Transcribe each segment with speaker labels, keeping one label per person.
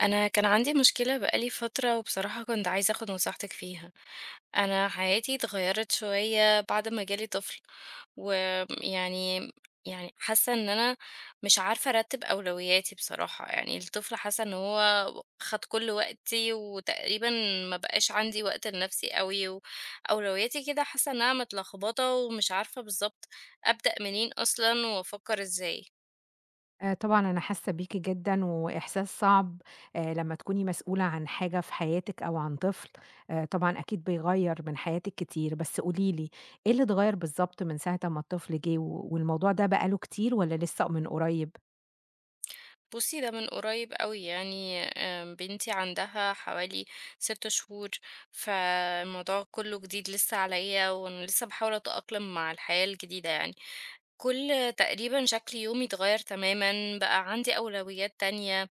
Speaker 1: أنا كان عندي مشكلة بقالي فترة وبصراحة كنت عايزة أخد نصيحتك فيها، أنا حياتي اتغيرت شوية بعد ما جالي طفل، ويعني حاسة إن أنا مش عارفة أرتب أولوياتي بصراحة، يعني الطفل حاسة إن هو خد كل وقتي وتقريبا ما بقاش عندي وقت لنفسي أوي، وأولوياتي كده حاسة إنها متلخبطة ومش عارفة بالظبط أبدأ منين أصلا وأفكر إزاي.
Speaker 2: طبعًا أنا حاسة بيكِ جدًا، وإحساس صعب لمّا تكوني مسؤولة عن حاجة في حياتِك أو عن طفل، طبعًا أكيد بيغيّر من حياتِك كتير، بس قولي لي إيه اللي اتغيّر بالضبط من ساعة أمّا الطفل جِه، والموضوع ده بقى له كتير والّا لسه من قريب؟
Speaker 1: بُصّي، ده من قريب أوي يعني بنتي عندها حوالي 6 شهور، فالموضوع كلّه جديد لسه عليَّ، وأنا لسه باحاول أتأقلم مع الحياة الجديدة يعني. كل تقريبًا شكل يومي اتغيّر تمامًا، بقى عندي أولويات تانية.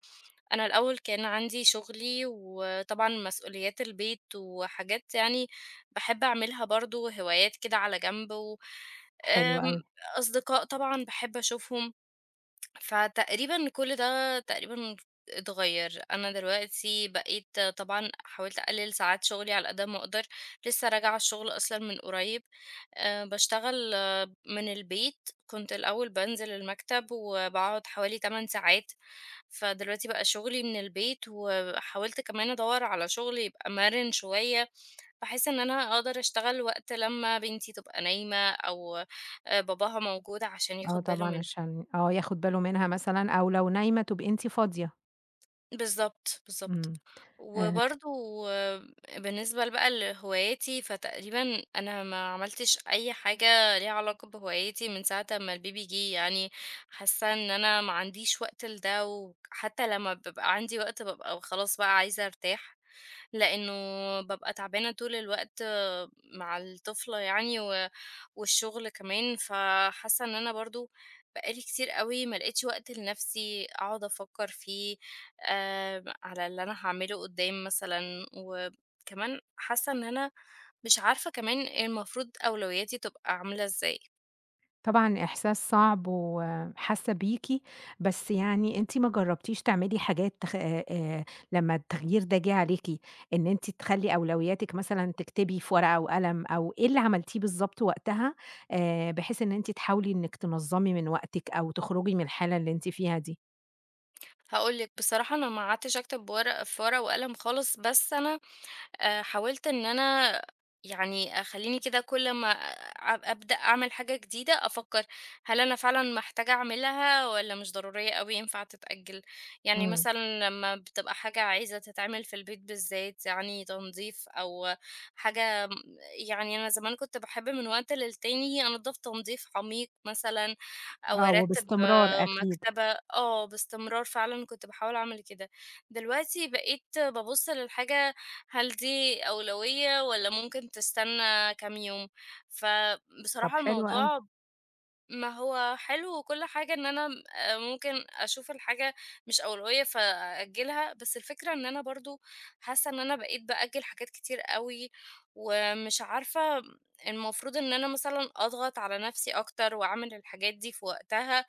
Speaker 1: أنا الأول كان عندي شغلي، وطبعًا مسؤوليات البيت، وحاجات يعني باحب أعملها برضه، هوايات كده على جنب، و
Speaker 2: حلو
Speaker 1: آمم،
Speaker 2: أوي،
Speaker 1: أصدقاء طبعًا باحب أشوفهم. فتقريبًا كل ده تقريبًا اتغيّر، أنا دلوقتي بقيت طبعًا حاولت أقلِّل ساعات شغلي على قد ما أقدر، لسه راجعة الشغل أصلًا من قريب، باشتغل من البيت، كنت الأول بانزل المكتب وباقعد حوالي 8 ساعات، فدلوقتي بقى شغلي من البيت، وحاولت كمان أدوّر على شغل يبقى مَرِن شوية، بحيث إن أنا أقدر أشتغل وقت لمّا بنتي تبقى نايمة أو باباها موجود عشان
Speaker 2: آه
Speaker 1: ياخد باله
Speaker 2: طبعًا
Speaker 1: منها.
Speaker 2: عشان آه ياخد باله منها مثلًا، أو لو نايمة تبقي أنتِ فاضية،
Speaker 1: بالضبط، بالضبط.
Speaker 2: إمم. آآ
Speaker 1: وبرضه بالنسبة بقى لهواياتي، فتقريبًا أنا ما عملتش أي حاجة ليها علاقة بهوايتي من ساعة أمّا الBaby جِه، يعني حاسة إن أنا ما عنديش وقت لده، وحتى لمّا بيبقى عندي وقت بابقى خلاص بقى عايزة أرتاح. لأنه بابقى تعبانة طول الوقت مع الطفلة يعني والشغل كمان، فحاسة إن أنا برضه بقى لي كتير أوي ما لقيتش وقت لنفسي أقعد أفكّر فيه على اللي أنا هاعمله قدّام مثلًا، وكمان حاسة إن أنا مش عارفة كمان المفروض أولوياتي تبقى عاملة إزاي.
Speaker 2: طبعًا إحساس صعب وحاسة بيكِ، بس يعني أنتِ ما جربتيش تعملي حاجات تخ لمّا التغيير ده جِه عليكِ، إن أنتِ تخلّي أولوياتِك مثلًا تكتبي في ورقة وقلم أو إيه اللي عملتيه بالضبط وقتها، بحيث إن أنتِ تحاولي إنِك تنظّمي من وقتِك أو تخرجي من الحالة اللي أنتِ فيها دي؟
Speaker 1: هاقول لك بصراحة أنا ما قعدتش أكتب في ورقة وقلم خالص، بس أنا حاولت إن أنا يعني أخلّيني كده كل ما أبدأ أعمل حاجة جديدة أفكّر هل أنا فعلًا محتاجة أعملها والّا مش ضرورية أوي ينفع تتأجّل؟ يعني
Speaker 2: إمم،
Speaker 1: مثلًا لمّا بتبقى حاجة عايزة تتعمل في البيت بالذات، يعني تنضيف أو حاجة يعني أنا زمان كنت باحب من وقت للتاني أنضّف تنضيف عميق مثلًا أو
Speaker 2: آه.
Speaker 1: أرتّب
Speaker 2: وباستمرار أكيد،
Speaker 1: مكتبة باستمرار فعلًا كنت باحاول أعمل كده. دلوقتي بقيت بابُص للحاجة هل دي أولوية والّا ممكن تستنى كام يوم؟
Speaker 2: طب
Speaker 1: فبصراحة
Speaker 2: حلو أوي.
Speaker 1: الموضوع ما هو حلو وكل حاجة إن أنا م ممكن أشوف الحاجة مش أولوية فأأجلها، بس الفكرة إن أنا برضه حاسة إن أنا بقيت بأجل حاجات كتير أوي، ومش عارفة المفروض إن أنا مثلًا أضغط على نفسي أكتر وأعمل الحاجات دي في وقتها،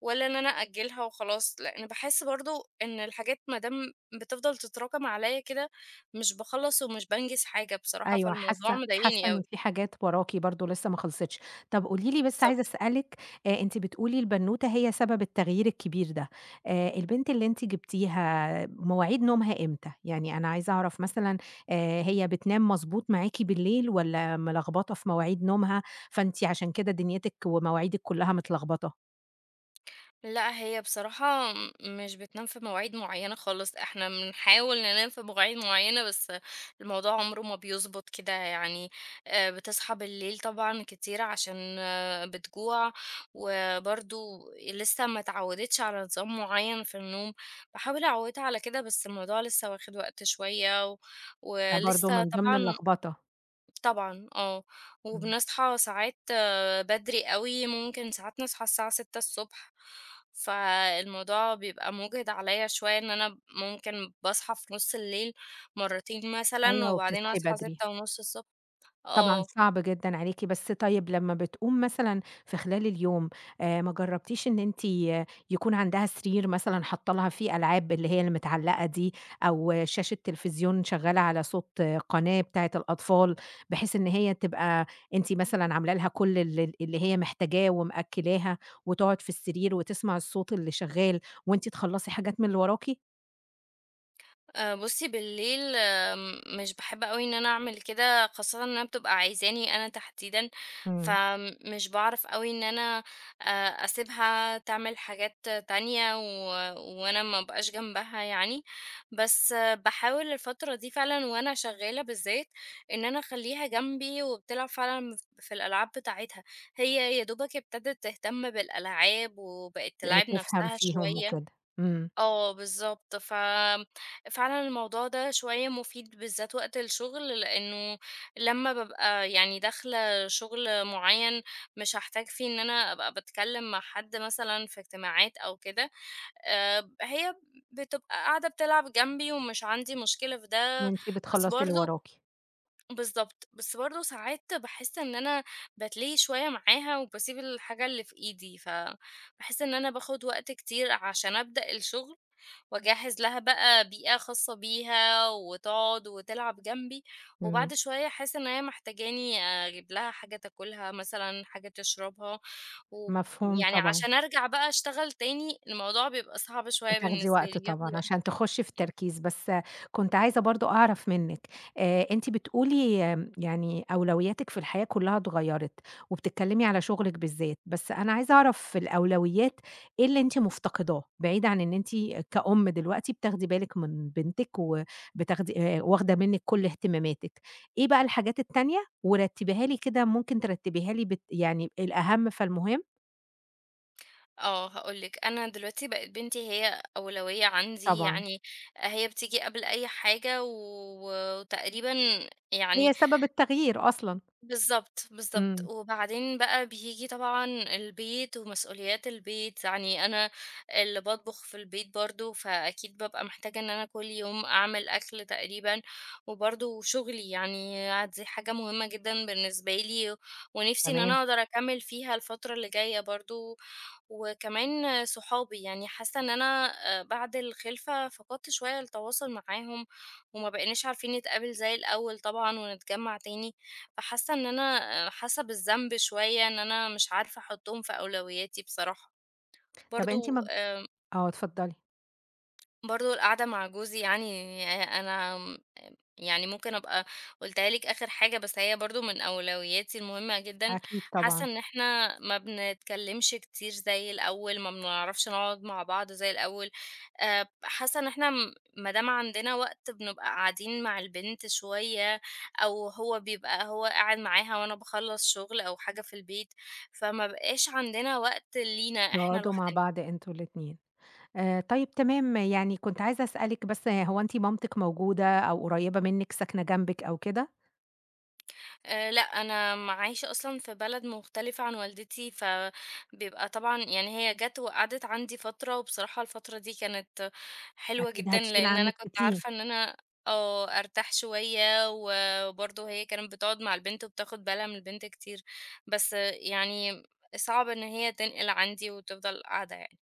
Speaker 1: ولا إن أنا أأجّلها وخلاص، لإن باحس برضه إن الحاجات ما دام بتفضل تتراكم عليَّ كده، مش باخلّص ومش بانجز حاجة بصراحة،
Speaker 2: أيوه،
Speaker 1: فالموضوع
Speaker 2: حاسة
Speaker 1: مضايقني
Speaker 2: إن
Speaker 1: أوي.
Speaker 2: في حاجات وراكِ برضه لسه ما خلصتش. طب قولي لي بس عايزة
Speaker 1: بالضبط.
Speaker 2: أسألِك أنتِ بتقولي البنوتة هي سبب التغيير الكبير ده، البنت اللي أنتِ جبتيها مواعيد نومها إمتى؟ يعني أنا عايزة أعرف مثلًا هي بتنام مضبوط معاكِ بالليل والّا ملخبطة في مواعيد نومها، فأنتِ عشان كده دنيتِك ومواعيدِك كلها متلخبطة؟
Speaker 1: لأ، هي بصراحة مش بتنام في مواعيد معيّنة خالص، إحنا بنحاول ننام في مواعيد معيّنة، بس الموضوع عمره ما بيضبط كده يعني، بتصحى بالليل طبعًا كتير عشان بتجوع، وبرضه لسه ما اتعوّدتش على نظام معيّن في النوم، باحاول أعوّدها على كده، بس الموضوع لسه واخد وقت شوية، و
Speaker 2: ده برضه
Speaker 1: ولسه
Speaker 2: من ضمن
Speaker 1: طبعًا
Speaker 2: اللخبطة.
Speaker 1: طبعًا
Speaker 2: إمم،
Speaker 1: وبنصحى ساعات بدري أوي، ممكن ساعات نصحى الساعة 6:00 ص، فالموضوع بيبقى مُجهِد عليَّ شوية إن أنا ممكن باصحى في نُص الليل مرّتين مثلًا،
Speaker 2: أيوه
Speaker 1: وبعدين
Speaker 2: وبتصحي
Speaker 1: أصحى
Speaker 2: بدري.
Speaker 1: 6:30 ص
Speaker 2: طبعًا
Speaker 1: آه.
Speaker 2: صعب جدًا عليكِ، بس طيب لمّا بتقوم مثلًا في خلال اليوم، ما جرّبتيش إن أنتِ يكون عندها سرير مثلًا حاطة لها فيه ألعاب اللي هي المتعلقة دي، أو آه، شاشة تلفزيون شغّالة على صوت آه، قناة بتاعة الأطفال، بحيث إن هي تبقى أنتِ مثلًا عاملة لها كل اللي هي محتاجاه ومأكّلاها، وتقعد في السرير وتسمع الصوت اللي شغّال، وأنتِ تخلّصي حاجات من اللي وراكِ؟
Speaker 1: بُصّي بالليل مش باحب أوي إن أنا أعمل كده، خاصةً إنها بتبقى عايزاني أنا تحديدًا،
Speaker 2: إمم.
Speaker 1: فمش باعرف أوي إن أنا أسيبها تعمل حاجات تانية وأنا ما ابقاش جنبها يعني، بس باحاول الفترة دي فعلًا وأنا شغالة بالذات، إن أنا أخلّيها جنبي وبتلعب فعلًا في الألعاب بتاعتها، هي يا دوبك ابتدت تهتم بالألعاب وبقت
Speaker 2: ت
Speaker 1: تلاعب
Speaker 2: تفهم
Speaker 1: نفسها
Speaker 2: فيهم
Speaker 1: شوية.
Speaker 2: وكده، إمم،
Speaker 1: آه بالضبط، فعلًا الموضوع ده شوية مفيد بالذات وقت الشغل، لإنه لمّا بابقى يعني داخلة شغل معيّن مش هاحتاج فيه إن أنا أبقى باتكلّم مع حد مثلًا في اجتماعات أو كده، هي بتبقى قاعدة بتلعب جنبي ومش عندي مشكلة في ده،
Speaker 2: وأنتِ
Speaker 1: بس
Speaker 2: بتخلّصي اللي
Speaker 1: برضه
Speaker 2: وراكِ،
Speaker 1: بالضبط، بس برضه ساعات باحس إن أنا باتلهي شوية معاها وباسيب الحاجة اللي في إيدي، فباحس إن أنا باخد وقت كتير عشان أبدأ الشغل وأجهّز لها بقى بيئة خاصة بيها وتقعد وتلعب جنبي،
Speaker 2: إمم.
Speaker 1: وبعد شوية أحس إن هي محتاجاني أجيب لها حاجة تاكلها مثلًا، حاجة تشربها، وب
Speaker 2: مفهوم
Speaker 1: يعني
Speaker 2: طبعًا،
Speaker 1: عشان أرجع بقى أشتغل تاني الموضوع بيبقى صعب شوية
Speaker 2: بتاخدي
Speaker 1: بالنسبة
Speaker 2: وقت
Speaker 1: لي، بياخد
Speaker 2: طبعًا
Speaker 1: وقت
Speaker 2: عشان تخشي في
Speaker 1: آه.
Speaker 2: التركيز، بس كنت عايزة برضه أعرف منِّك أنتِ بتقولي يعني أولوياتِك في الحياة كلها اتغيّرت، وبتتكلمي على شغلِك بالذات، بس أنا عايزة أعرف في الأولويات إيه اللي أنتِ مفتقداه؟ بعيد عن إن أنتِ كأم دلوقتي بتاخدي بالِك من بنتِك وبتاخدي واخدة منِّك كل اهتماماتِك، إيه بقى الحاجات التانية؟ ورتّبيها لي كده ممكن ترتّبيها لي يعني الأهم فالمهم؟
Speaker 1: آه، هاقول لِك، أنا دلوقتي بقت بنتي هي أولوية عندي،
Speaker 2: طبعًا،
Speaker 1: يعني هي بتيجي قبل أي حاجة وتقريبًا يعني
Speaker 2: هي سبب التغيير أصلًا.
Speaker 1: بالضبط، بالضبط.
Speaker 2: إمم،
Speaker 1: وبعدين بقى بييجي طبعًا البيت ومسؤوليات البيت، يعني أنا اللي باطبخ في البيت برضه، فأكيد بابقى محتاجة إن أنا كل يوم أعمل أكل تقريبًا، وبرضه شغلي يعني دي حاجة مهمة جدًا بالنسبة لي، ونفسي إن
Speaker 2: تمام.
Speaker 1: أنا أقدر أكمّل فيها الفترة اللي جاية برضه، وكمان صحابي، يعني حاسة إن أنا بعد الخلفة فقدت شوية التواصل معاهم، وما بقيناش عارفين نتقابل زي الأول طبعًا ونتجمّع تاني. فحاسة إن أنا حاسة بالذنب شوية إن أنا مش عارفة أحطّهم في أولوياتي بصراحة.
Speaker 2: طَب أنتِ
Speaker 1: برضه
Speaker 2: ما ج
Speaker 1: آآ
Speaker 2: آه، اتفضلي.
Speaker 1: برضه القعدة مع جوزي يعني أنا يعني ممكن أبقى قُلتها لِك آخر حاجة، بس هي برضه من أولوياتي المهمة جدًا.
Speaker 2: أكيد
Speaker 1: حاسة
Speaker 2: طبعًا،
Speaker 1: إن إحنا ما بنتكلّمش كتير زي الأول، ما بنعرفش نقعد مع بعض زي الأول. حاسة إن إحنا ما دام عندنا وقت بنبقى قاعدين مع البنت شوية أو هو بيبقى هو قاعد معاها وأنا باخلّص شُغل أو حاجة في البيت، فما بقاش عندنا وقت لينا إحنا
Speaker 2: تقعدوا مع
Speaker 1: لوحدنا.
Speaker 2: بعض أنتم الاتنين. طيب تمام، يعني كنت عايزة أسألِك بس هو أنتِ مامتِك موجودة أو قريّبة منِّك، ساكنة جنبِك أو كده؟
Speaker 1: لأ، أنا عايشة أصلًا في بلد مختلفة عن والدتي، فبيبقى طبعًا يعني هي جات وقعدت عندي فترة، وبصراحة الفترة دي كانت حلوة
Speaker 2: أكيد
Speaker 1: جدًا،
Speaker 2: هتشيل
Speaker 1: لإن أنا
Speaker 2: عنِّك
Speaker 1: كنت
Speaker 2: كتير.
Speaker 1: عارفة إن أنا أرتاح شوية، وبرضه هي كانت بتقعد مع البنت وبتاخد بالها من البنت كتير، بس يعني صعب إن هي تنقل عندي وتفضل قاعدة يعني.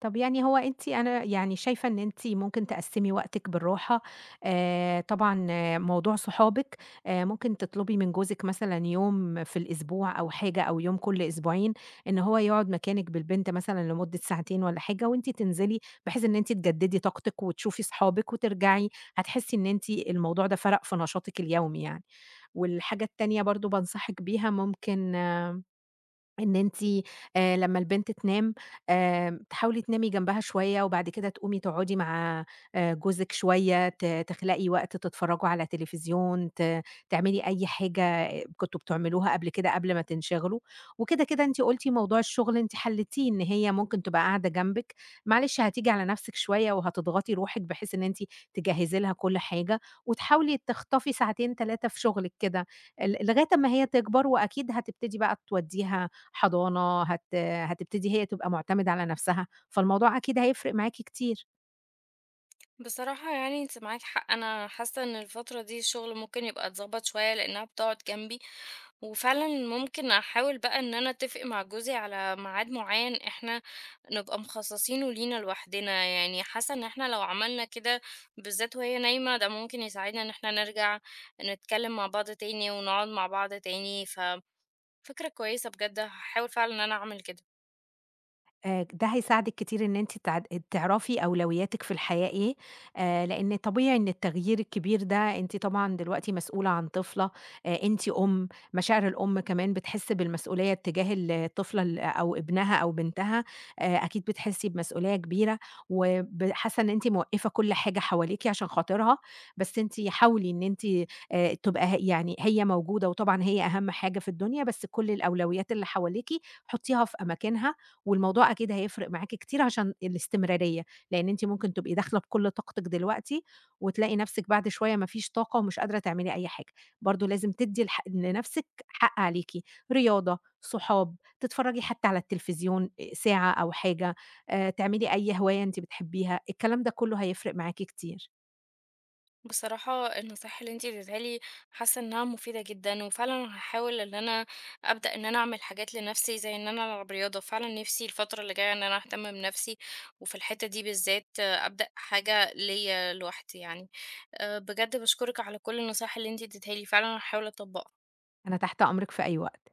Speaker 2: طب يعني هو أنتِ أنا يعني شايفة إن أنتِ ممكن تقسّمي وقتِك بالراحة، طبعًا آه، موضوع صحابِك ممكن تطلبي من جوزِك مثلًا يوم في الأسبوع أو حاجة أو يوم كل أسبوعين، إن هو يقعد مكانِك بالبنت مثلًا لمدة ساعتين والّا حاجة وأنتِ تنزلي، بحيث إن أنتِ تجددي طاقتِك وتشوفي صحابِك وترجعي، هتحسي إن أنتِ الموضوع ده فرق في نشاطِك اليومي يعني. والحاجة التانية برضه بانصحِك بيها ممكن آه إن أنتِ لمّا البنت تنام تحاولي تنامي جنبها شوية، وبعد كده تقومي تقعدي مع جوزِك شوية، تخلقي وقت تتفرّجوا على تليفزيون، تعملي أي حاجة كنتم بتعملوها قبل كده قبل ما تنشغلوا، وكده، أنتِ قُلتِ موضوع الشغل أنتِ حلّيتيه إن هي ممكن تبقى قاعدة جنبِك، معلش هتيجي على نَفْسِك شوية وهتضغطي روحِك بحيث إن أنتِ تجهّزي لها كل حاجة، وتحاولي تخطفي ساعتين 3 في شغلِك كده، لغاية أمّا هي تكبر، وأكيد هتبتدي بقى تودّيها حضانة هتبتدي هي تبقى معتمدة على نفسها، فالموضوع أكيد هيفرق معاكِ كتير.
Speaker 1: بصراحة يعني أنتِ معاك حق، أنا حاسة إن الفترة دي الشغل ممكن يبقى اتضبط شوية، لإنها بتقعد جنبي، وفعلًا ممكن أحاول بقى إن أنا أتفق مع جوزي على ميعاد معيّن إحنا نبقى مخصصينه لينا لوحدنا، يعني حاسة إن إحنا لو عملنا كده بالذات وهي نايمة، ده ممكن يساعدنا إن إحنا نرجع نتكلم مع بعض تاني ونقعد مع بعض تاني، ففكرة كويسة بجد هاحاول فعلًا إن أنا أعمل كده.
Speaker 2: ده هيساعدِك كتير إن أنتِ تعرفي أولوياتِك في الحياة إيه، لإن طبيعي إن التغيير الكبير ده أنتِ طبعًا دلوقتي مسؤولة عن طفلة، أنتِ أُم، مشاعر الأم كمان بتحس بالمسؤولية تجاه الطفلة ال أو ابنها أو بنتها، أكيد بتحسي بمسؤولية كبيرة، حاسة إن أنتِ موقّفة كل حاجة حواليكِ عشان خاطرها، بس أنتِ حاولي إن أنتِ تبقى ه يعني هي موجودة وطبعًا هي أهم حاجة في الدنيا، بس كل الأولويات اللي حواليكِ حطيها في أماكنها، والموضوع أكيد هيفرق معاكِ كتير عشان الاستمرارية، لإن أنتِ ممكن تبقي داخلة بكل طاقتِك دلوقتي، وتلاقي نفسِك بعد شوية ما فيش طاقة ومش قادرة تعملي أي حاجة، برضه لازم تدّي لنفسِك حق عليكِ، رياضة، صحاب، تتفرجي حتى على التلفزيون ساعة أو حاجة، تعملي أي هواية أنتِ بتحبيها، الكلام ده كله هيفرق معاكِ كتير.
Speaker 1: بصراحة النصايح اللي انتي اديتها لي حاسة انها مفيدة جدا وفعلا هحاول ان انا ابدأ ان انا اعمل حاجات لنفسي زي ان انا العب رياضة فعلا نفسي الفترة اللي جاية ان انا اهتم بنفسي وفي الحتة دي بالذات ابدأ حاجة ليا لوحدي يعني بجد بشكرك على كل النصايح اللي انتي اديتها لي فعلا هحاول اطبقها.
Speaker 2: أنا تحت أمرِك في أي وقت.